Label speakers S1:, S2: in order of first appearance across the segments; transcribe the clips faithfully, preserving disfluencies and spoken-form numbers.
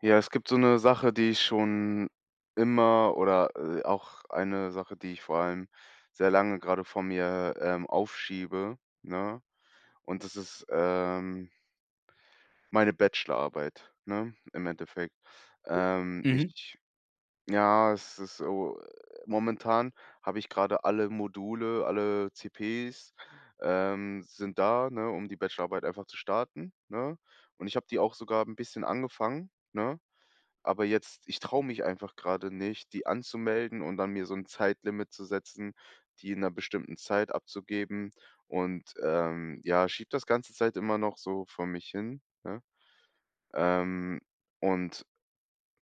S1: Ja, es gibt so eine Sache, die ich schon immer oder, äh, auch eine Sache, die ich vor allem sehr lange gerade vor mir, ähm, aufschiebe, ne? Und das ist, ähm, meine Bachelorarbeit, ne, im Endeffekt. Ähm,
S2: Mhm.
S1: ich ja, es ist so, äh, momentan habe ich gerade alle Module, alle C Ps, ähm, sind da, ne, um die Bachelorarbeit einfach zu starten, ne? Und ich habe die auch sogar ein bisschen angefangen, ne? Aber jetzt ich traue mich einfach gerade nicht, die anzumelden und dann mir so ein Zeitlimit zu setzen, die in einer bestimmten Zeit abzugeben und, ähm, ja, schiebe das ganze Zeit immer noch so vor mich hin, ne? Ähm, und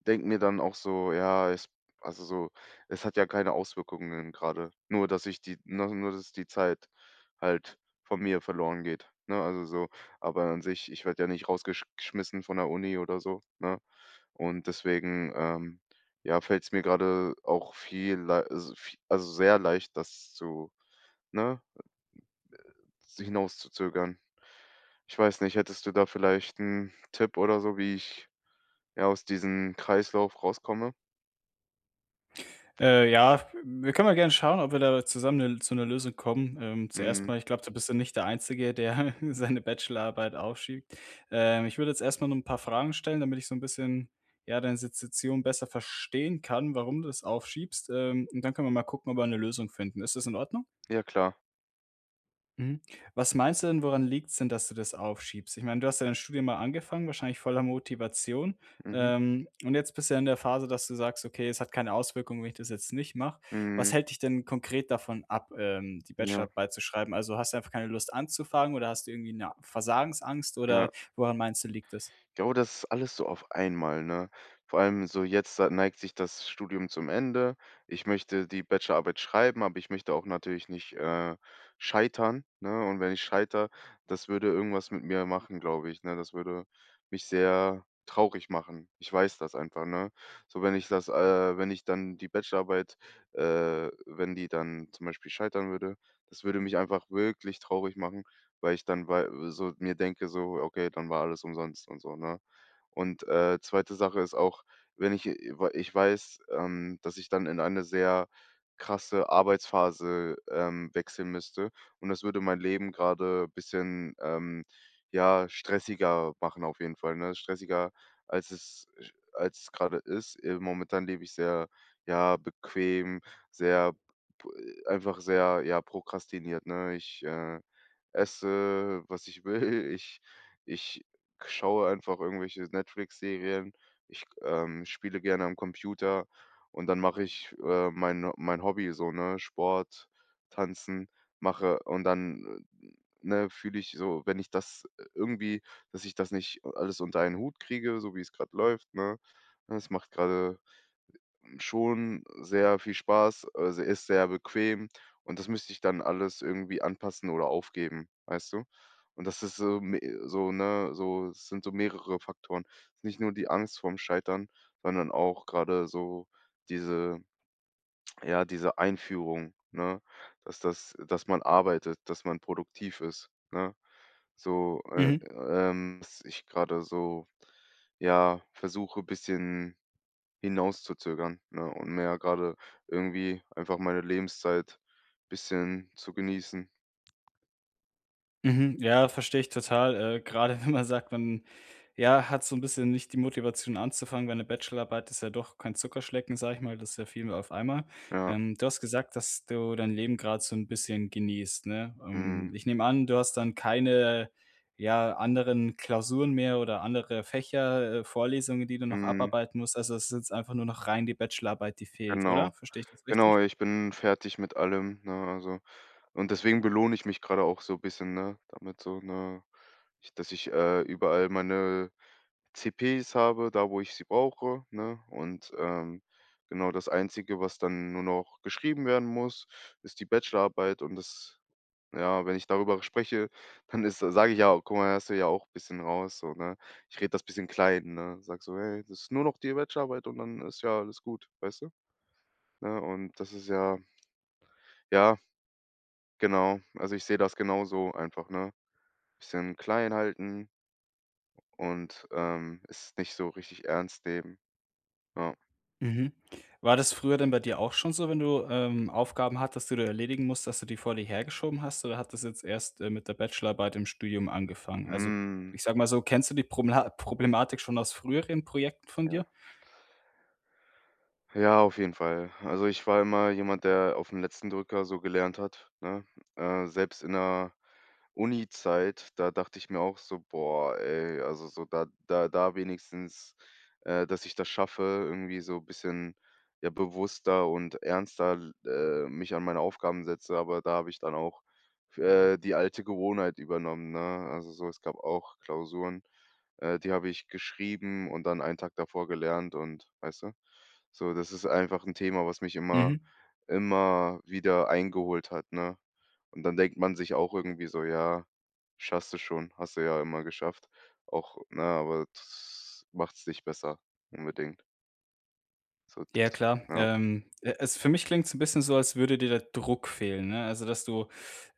S1: Denke mir dann auch so: „Ja, es also so, es hat ja keine Auswirkungen gerade. Nur, dass ich die nur nur dass die Zeit halt von mir verloren geht“, ne? Also so, aber an sich, ich werde ja nicht rausgeschmissen von der Uni oder so, ne? Und deswegen, ähm, ja, fällt es mir gerade auch viel lei also vie also sehr leicht, das zu, ne, hinauszuzögern. Ich weiß nicht, hättest du da vielleicht einen Tipp oder so, wie ich, ja, aus diesem Kreislauf rauskomme?
S2: Äh, ja, wir können mal gerne schauen, ob wir da zusammen 'ne zu einer Lösung kommen. Ähm, zuerst
S1: Mhm.
S2: mal, ich glaube, du bist ja nicht der Einzige, der seine Bachelorarbeit aufschiebt. Ähm, ich würde jetzt erst mal noch 'n paar Fragen stellen, damit ich so ein bisschen, ja, deine Situation besser verstehen kann, warum du das aufschiebst. Ähm, und dann können wir mal gucken, ob wir eine Lösung finden. Ist das in Ordnung?
S1: Ja klar.
S2: Mhm. Was meinst du denn, woran liegt's denn, dass du das aufschiebst? Ich meine, du hast ja dein Studium mal angefangen, wahrscheinlich voller Motivation.
S1: Mhm.
S2: Ähm, und jetzt bist du ja in der Phase, dass du sagst, okay, es hat keine Auswirkung, wenn ich das jetzt nicht mache. Was
S1: Mhm.
S2: hält dich denn konkret davon ab, ähm, die
S1: Ja,
S2: Bachelorarbeit zu schreiben? Also hast du einfach keine Lust anzufangen oder hast du irgendwie eine Versagensangst oder
S1: ja.
S2: woran meinst du, liegt es?
S1: Ja, oh, das ist alles so auf einmal, ne? Vor allem so jetzt, da neigt sich das Studium zum Ende. Ich möchte die Bachelorarbeit schreiben, aber ich möchte auch natürlich nicht, äh, scheitern, ne? Und wenn ich scheitere, das würde irgendwas mit mir machen, glaube ich, ne? Das würde mich sehr traurig machen. Ich weiß das einfach, ne? So, wenn ich das, äh wenn ich dann die Bachelorarbeit, äh wenn die dann zum Beispiel scheitern würde, das würde mich einfach wirklich traurig machen. Weil ich dann wei äh, so mir denke so: „Okay, dann war alles umsonst“ und so, ne? Und, äh, zweite. Sache ist auch, wenn ich ich weiß, ähm, dass ich dann in eine sehr krasse Arbeitsphase, ähm, wechseln müsste und das würde mein Leben grade bisschen, ähm, ja, stressiger machen auf jeden Fall, ne? Stressiger, als es als es gerade ist. Äh, momentan lebe ich sehr, ja, bequem, sehr p einfach sehr, ja, prokrastiniert, ne? Ich, äh esse, was ich will. Ich ich schaue einfach irgendwelche Netflix-Serien. Ich, ähm, spiele gerne am Computer und dann mache ich, äh, mein mein Hobby so, ne, Sport, Tanzen mache und dann, äh, ne, fühle ich so, wenn ich das äh, irgendwie dass ich das nicht alles unter einen Hut kriege, so wie es gerade läuft, ne? Es macht gerade schon sehr viel Spaß, also, ist sehr bequem und das müsste ich dann alles irgendwie anpassen oder aufgeben, weißt du? Und das ist so me so, ne so es sind so mehrere Faktoren. Es ist nicht nur die Angst vorm Scheitern, sondern auch gerade so diese ja, diese Einführung, ne, dass das dass man arbeitet, dass man produktiv ist, ne? So, äh, ähm, dass ich gerade so, ja, versuche, ein bisschen hinauszuzögern, ne? Und mehr gerade irgendwie einfach meine Lebenszeit bisschen zu genießen.
S2: Mhm, ja, verstehe ich total. Äh, grade wenn man sagt, man, ja, hat so ein bisschen nicht die Motivation anzufangen, weil eine Bachelorarbeit ist ja doch kein Zuckerschlecken, sage ich mal, das ist ja viel mehr auf einmal.
S1: Ja,
S2: Ähm, du hast gesagt, dass du dein Leben gerade so ein bisschen genießt, ne? Ähm,
S1: mhm,
S2: ich nehme an, du hast dann keine, ja, anderen Klausuren mehr oder andere Fächer, äh, Vorlesungen, die du noch
S1: mhm,
S2: abarbeiten musst. Also, es ist jetzt einfach nur noch rein die Bachelorarbeit, die fehlt,
S1: genau.
S2: oder? Verstehe ich das richtig?
S1: Genau, ich bin fertig mit allem, ne, also und deswegen belohne ich mich gerade auch so bisschen, ne, damit so, ne, ich dass ich, äh, überall meine C Ps habe, da wo ich sie brauche, ne? Und, ähm, genau, das Einzige, was dann nur noch geschrieben werden muss, ist die Bachelorarbeit und das, ja, wenn ich darüber spreche, dann ist sage ich: „Ja, guck mal, hörst du ja auch ein bisschen raus so, ne?“ Ich rede das bisschen klein, ne? Sag so: „Hey, das ist nur noch die Bachelorarbeit und dann ist ja alles gut“, weißt du? Ne, und das ist ja, ja, genau. Also, ich sehe das genauso einfach, ne? Bisschen klein halten und, ähm, es nicht so richtig ernst nehmen. Ja.
S2: Mhm. War das früher denn bei dir auch schon so, wenn du, ähm, Aufgaben hattest, die du erledigen musst, dass du die vor dir hergeschoben hast, oder hat das jetzt erst, äh, mit der Bachelorarbeit im Studium angefangen? Also,
S1: Mhm.
S2: ich sage mal so, kennst du die Promla Problematik schon aus früheren Projekten von
S1: Ja.
S2: dir?
S1: Ja, auf jeden Fall. Also, ich war immer jemand, der auf aufm letzten Drücker so gelernt hat, ne? Äh, selbst in der Uni-Zeit, da dachte ich mir auch so: „Boah, ey, also so da da da wenigstens, äh, dass ich das schaffe, irgendwie so ein bisschen, ja, bewusster und ernster äh, mich an meine Aufgaben setze.“ Aber da habe ich dann auch äh, die alte Gewohnheit übernommen, ne? Also so, es gab auch Klausuren, äh, die habe ich geschrieben und dann einen Tag davor gelernt und weißt du? So, das ist einfach ein Thema, was mich immer
S2: Mhm.
S1: immer wieder eingeholt hat, ne? Und dann denkt man sich auch irgendwie so: „Ja, schaffst du schon, hast du ja immer geschafft.“ Auch ne, aber das macht's nicht besser unbedingt. So,
S2: Ja,
S1: das
S2: klar.
S1: ja,
S2: Ähm, e es für mich klingt's 'n bisschen so, als würde dir der Druck fehlen, ne? Also, dass du,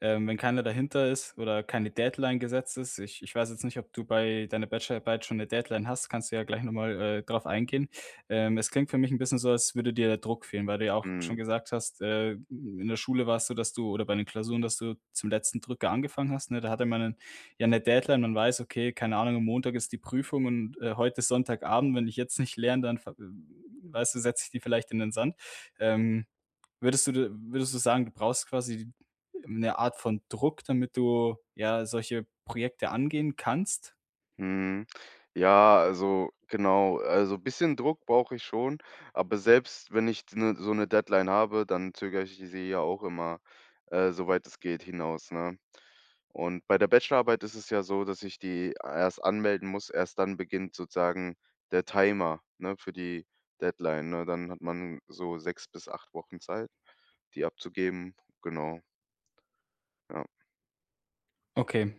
S2: ähm, wenn keiner dahinter ist oder keine Deadline gesetzt ist ich ich weiß jetzt nicht, ob du bei deiner Bachelorarbeit schon 'ne Deadline hast, kannst du ja gleich noch mal, äh, drauf eingehen. Ähm, es klingt für mich 'n bisschen so, als würde dir der Druck fehlen, weil du ja auch schon
S1: mhm.
S2: gesagt hast, äh, in der Schule war es so, dass du oder bei den Klausuren, dass du zum letzten Drücker angefangen hast, ne? Da hatte man 'nen ja 'ne Deadline. Man weiß, okay, keine Ahnung, am Montag ist die Prüfung und, äh, heute ist Sonntagabend. Wenn ich jetzt nicht lerne, dann ver weißt du, setze ich die vielleicht in den Sand. Ähm, würdest du würdest du sagen, du brauchst quasi eine Art von Druck, damit du, ja, solche Projekte angehen kannst?
S1: Mhm. Ja, also genau, also bisschen Druck brauche ich schon, aber selbst wenn ich 'ne so eine Deadline habe, dann zögere ich sie ja auch immer, äh, soweit es geht, hinaus, ne? Und bei der Bachelorarbeit ist es ja so, dass ich die erst anmelden muss, erst dann beginnt sozusagen der Timer, ne, für die Deadline, ne? Dann hat man so sechs bis acht Wochen Zeit, die abzugeben. Genau, ja,
S2: Okay.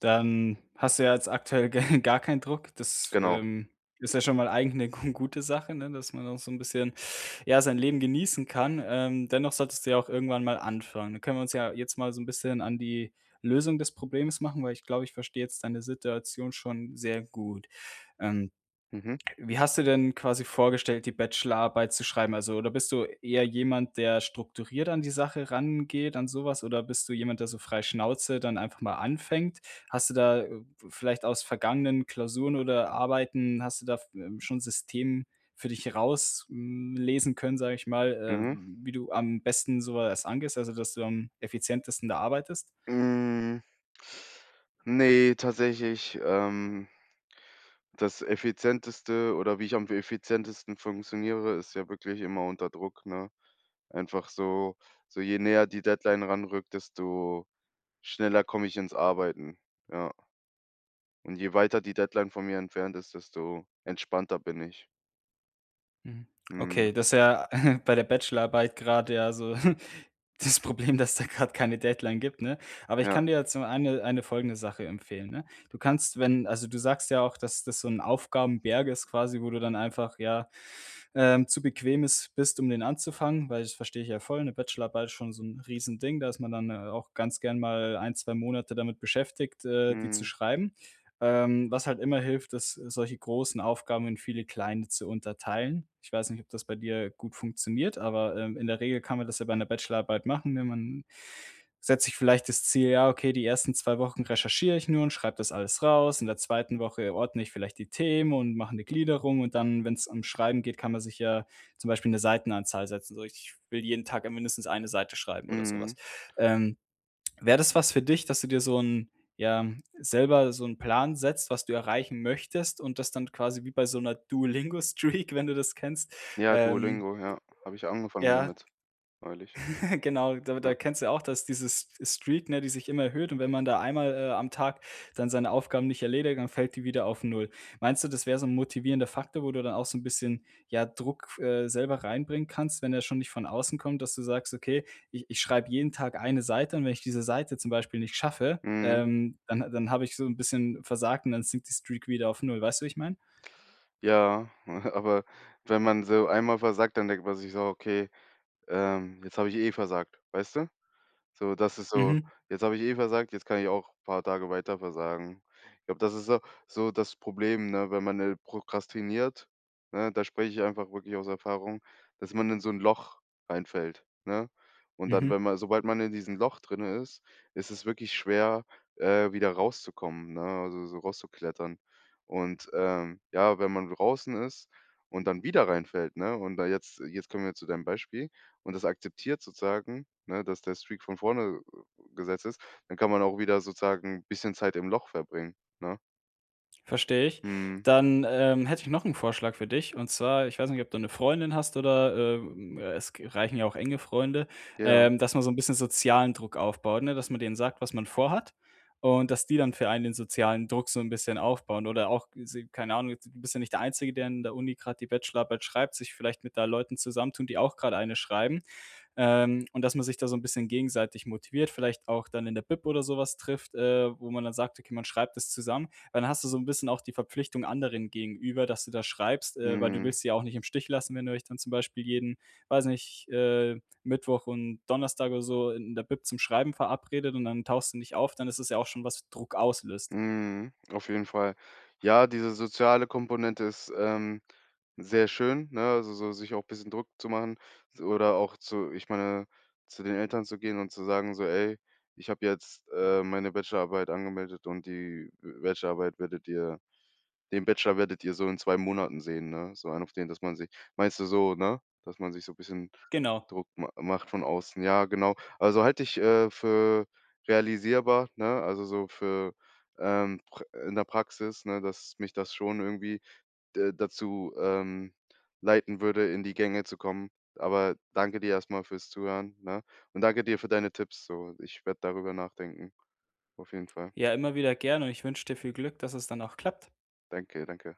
S2: Dann hast du ja jetzt aktuell ge gar keinen Druck. Das,
S1: genau.
S2: ähm, ist ja schon mal eigentlich eine gu gute Sache, ne, dass man auch so ein bisschen, ja, sein Leben genießen kann. Ähm, dennoch solltest du ja auch irgendwann mal anfangen. Dann können wir uns ja jetzt mal so ein bisschen an die Lösung des Problems machen, weil ich glaube, ich verstehe jetzt deine Situation schon sehr gut. Ähm,
S1: Mhm,
S2: wie hast du denn quasi vorgestellt, die Bachelorarbeit zu schreiben? Also, oder bist du eher jemand, der strukturiert an die Sache rangeht, an sowas? Oder bist du jemand, der so frei Schnauze dann einfach mal anfängt? Hast du da, äh, vielleicht aus vergangenen Klausuren oder Arbeiten hast du da, ähm, schon System für dich rauslesen können, sage ich mal, äh,
S1: mhm.
S2: wie du am besten sowas was angehst, also, dass du am effizientesten da arbeitest?
S1: Hm, ne, tatsächlich, ähm, das Effizienteste oder wie ich am effizientesten funktioniere, ist ja wirklich immer unter Druck, ne? Einfach so, so je näher die Deadline ranrückt, desto schneller komme ich ins Arbeiten, ja. Und je weiter die Deadline von mir entfernt ist, desto entspannter bin ich.
S2: Mhm. Okay,
S1: Mhm.
S2: das ist ja bei der Bachelorarbeit gerade ja so das Problem, dass da gerade keine Deadline gibt, ne? Aber ich
S1: Ja.
S2: kann dir jetzt so eine eine folgende Sache empfehlen, ne? Du kannst, wenn also, du sagst ja auch, dass das so ein Aufgabenberg ist quasi, wo du dann einfach, ja, ähm, zu bequem ist bist, um den anzufangen, weil das verstehe ich ja voll. Eine Bachelorarbeit ist schon so 'n Riesending, da ist man dann, äh, auch ganz gern mal ein zwei Monate damit beschäftigt, äh, die zu
S1: Mhm.
S2: schreiben. Ähm, was halt immer hilft, ist, solche großen Aufgaben in viele kleine zu unterteilen. Ich weiß nicht, ob das bei dir gut funktioniert, aber, ähm, in der Regel kann man das ja bei einer Bachelorarbeit machen, ne? Man setzt sich vielleicht das Ziel: „Ja, okay, die ersten zwei Wochen recherchiere ich nur und schreibe das alles raus. In der zweiten Woche ordne ich vielleicht die Themen und mache eine Gliederung.“ Und dann, wenn es ums Schreiben geht, kann man sich ja zum Beispiel eine Seitenanzahl setzen. So: „Ich will jeden Tag, äh, mindestens eine Seite schreiben“ oder sowas.
S1: Mhm.
S2: Ähm, Wäre das was für dich, dass du dir so ein, ja, selber so einen Plan setzt, was du erreichen möchtest und das dann quasi wie bei so einer Duolingo-Streak, wenn du das kennst,
S1: Ja,
S2: ähm,
S1: Duolingo, ja. Habe ich angefangen
S2: ja,
S1: damit neulich.
S2: genau, da
S1: Ja.
S2: da kennst du ja auch, dass dieses Streak, ne, die sich immer erhöht und wenn man da einmal, äh, am Tag dann seine Aufgaben nicht erledigt, dann fällt die wieder auf null. Meinst du, das wäre so ein motivierender Faktor, wo du dann auch so ein bisschen, ja, Druck, äh, selber reinbringen kannst, wenn er schon nicht von außen kommt, dass du sagst: „Okay, ich ich schreibe jeden Tag eine Seite und wenn ich diese Seite zum Beispiel nicht schaffe,
S1: Mhm.
S2: ähm, dann dann habe ich so ein bisschen versagt und dann sinkt die Streak wieder auf null. Weißt du, wie ich meine?
S1: Ja, aber wenn man so einmal versagt, dann denkt man sich so: „Okay, ähm, jetzt habe ich eh versagt“, weißt du? So, das ist so:
S2: Mhm,
S1: „Jetzt habe ich eh versagt, jetzt kann ich auch ein paar Tage weiter versagen.“ Ich glaube, das ist so so das Problem, ne, wenn man, äh, prokrastiniert, ne? Da spreche ich einfach wirklich aus Erfahrung, dass man in so ein Loch reinfällt, ne? Und dann,
S2: mhm.
S1: wenn man sobald man in diesem Loch drinnen ist, ist es wirklich schwer, äh, wieder rauszukommen, ne, also so rauszuklettern. Und, ähm, ja, wenn man draußen ist und dann wieder reinfällt, ne, und da jetzt jetzt kommen wir zu deinem Beispiel und das akzeptiert sozusagen, ne, dass der Streak von vorne äh, gesetzt ist, dann kann man auch wieder sozusagen ein bisschen Zeit im Loch verbringen, ne?
S2: Verstehe ich.
S1: Mhm.
S2: Dann, ähm, hätte ich noch einen Vorschlag für dich. Und zwar, ich weiß nicht, ob du eine Freundin hast oder, ähm, äh, es g reichen ja auch enge Freunde,
S1: Ja.
S2: ähm, dass man so ein bisschen sozialen Druck aufbaut, ne? Dass man denen sagt, was man vorhat und dass die dann für einen den sozialen Druck so ein bisschen aufbauen oder auch sie keine Ahnung, jetzt du bist ja nicht der Einzige, der in der Uni gerade die Bachelorarbeit schreibt, sich vielleicht mit da Leuten zusammentun, die auch gerade eine schreiben, ähm, und dass man sich da so ein bisschen gegenseitig motiviert, vielleicht auch dann in der Bib oder sowas trifft, äh, wo man dann sagt: „Okay, man schreibt das zusammen.“ Weil dann hast du so ein bisschen auch die Verpflichtung anderen gegenüber, dass du da schreibst, äh, weil du
S1: Mhm.
S2: willst sie ja auch nicht im Stich lassen, wenn ihr euch dann zum Beispiel jeden, weiß nicht, äh, Mittwoch und Donnerstag oder so in der Bib zum Schreiben verabredet und dann tauchst du nicht auf, dann ist es ja auch schon, was Druck auslöst.
S1: Mhm. Auf jeden Fall. Ja, diese soziale Komponente ist, ähm, sehr schön, ne, also so sich auch ein bisschen Druck zu machen s oder auch zu, ich meine, zu den Eltern zu gehen und zu sagen so: „Ey, ich habe jetzt, äh, meine Bachelorarbeit angemeldet und die Bachelorarbeit werdet ihr“. Den Bachelor werdet ihr so in zwei Monaten sehen, ne? So einen auf den, dass man sich, meinst du so, ne? Dass man sich so 'n bisschen
S2: Genau.
S1: Druck ma macht von außen. Ja, genau. Also, halte ich, äh, für realisierbar, ne? Also, so für, ähm, pr in der Praxis, ne, dass mich das schon irgendwie d dazu, ähm, leiten würde, in die Gänge zu kommen. Aber danke dir erst mal fürs Zuhören, ne? Und danke dir für deine Tipps so. Ich werde darüber nachdenken. Auf jeden Fall.
S2: Ja, immer wieder gerne und ich wünsche dir viel Glück, dass es dann auch klappt.
S1: Danke, danke.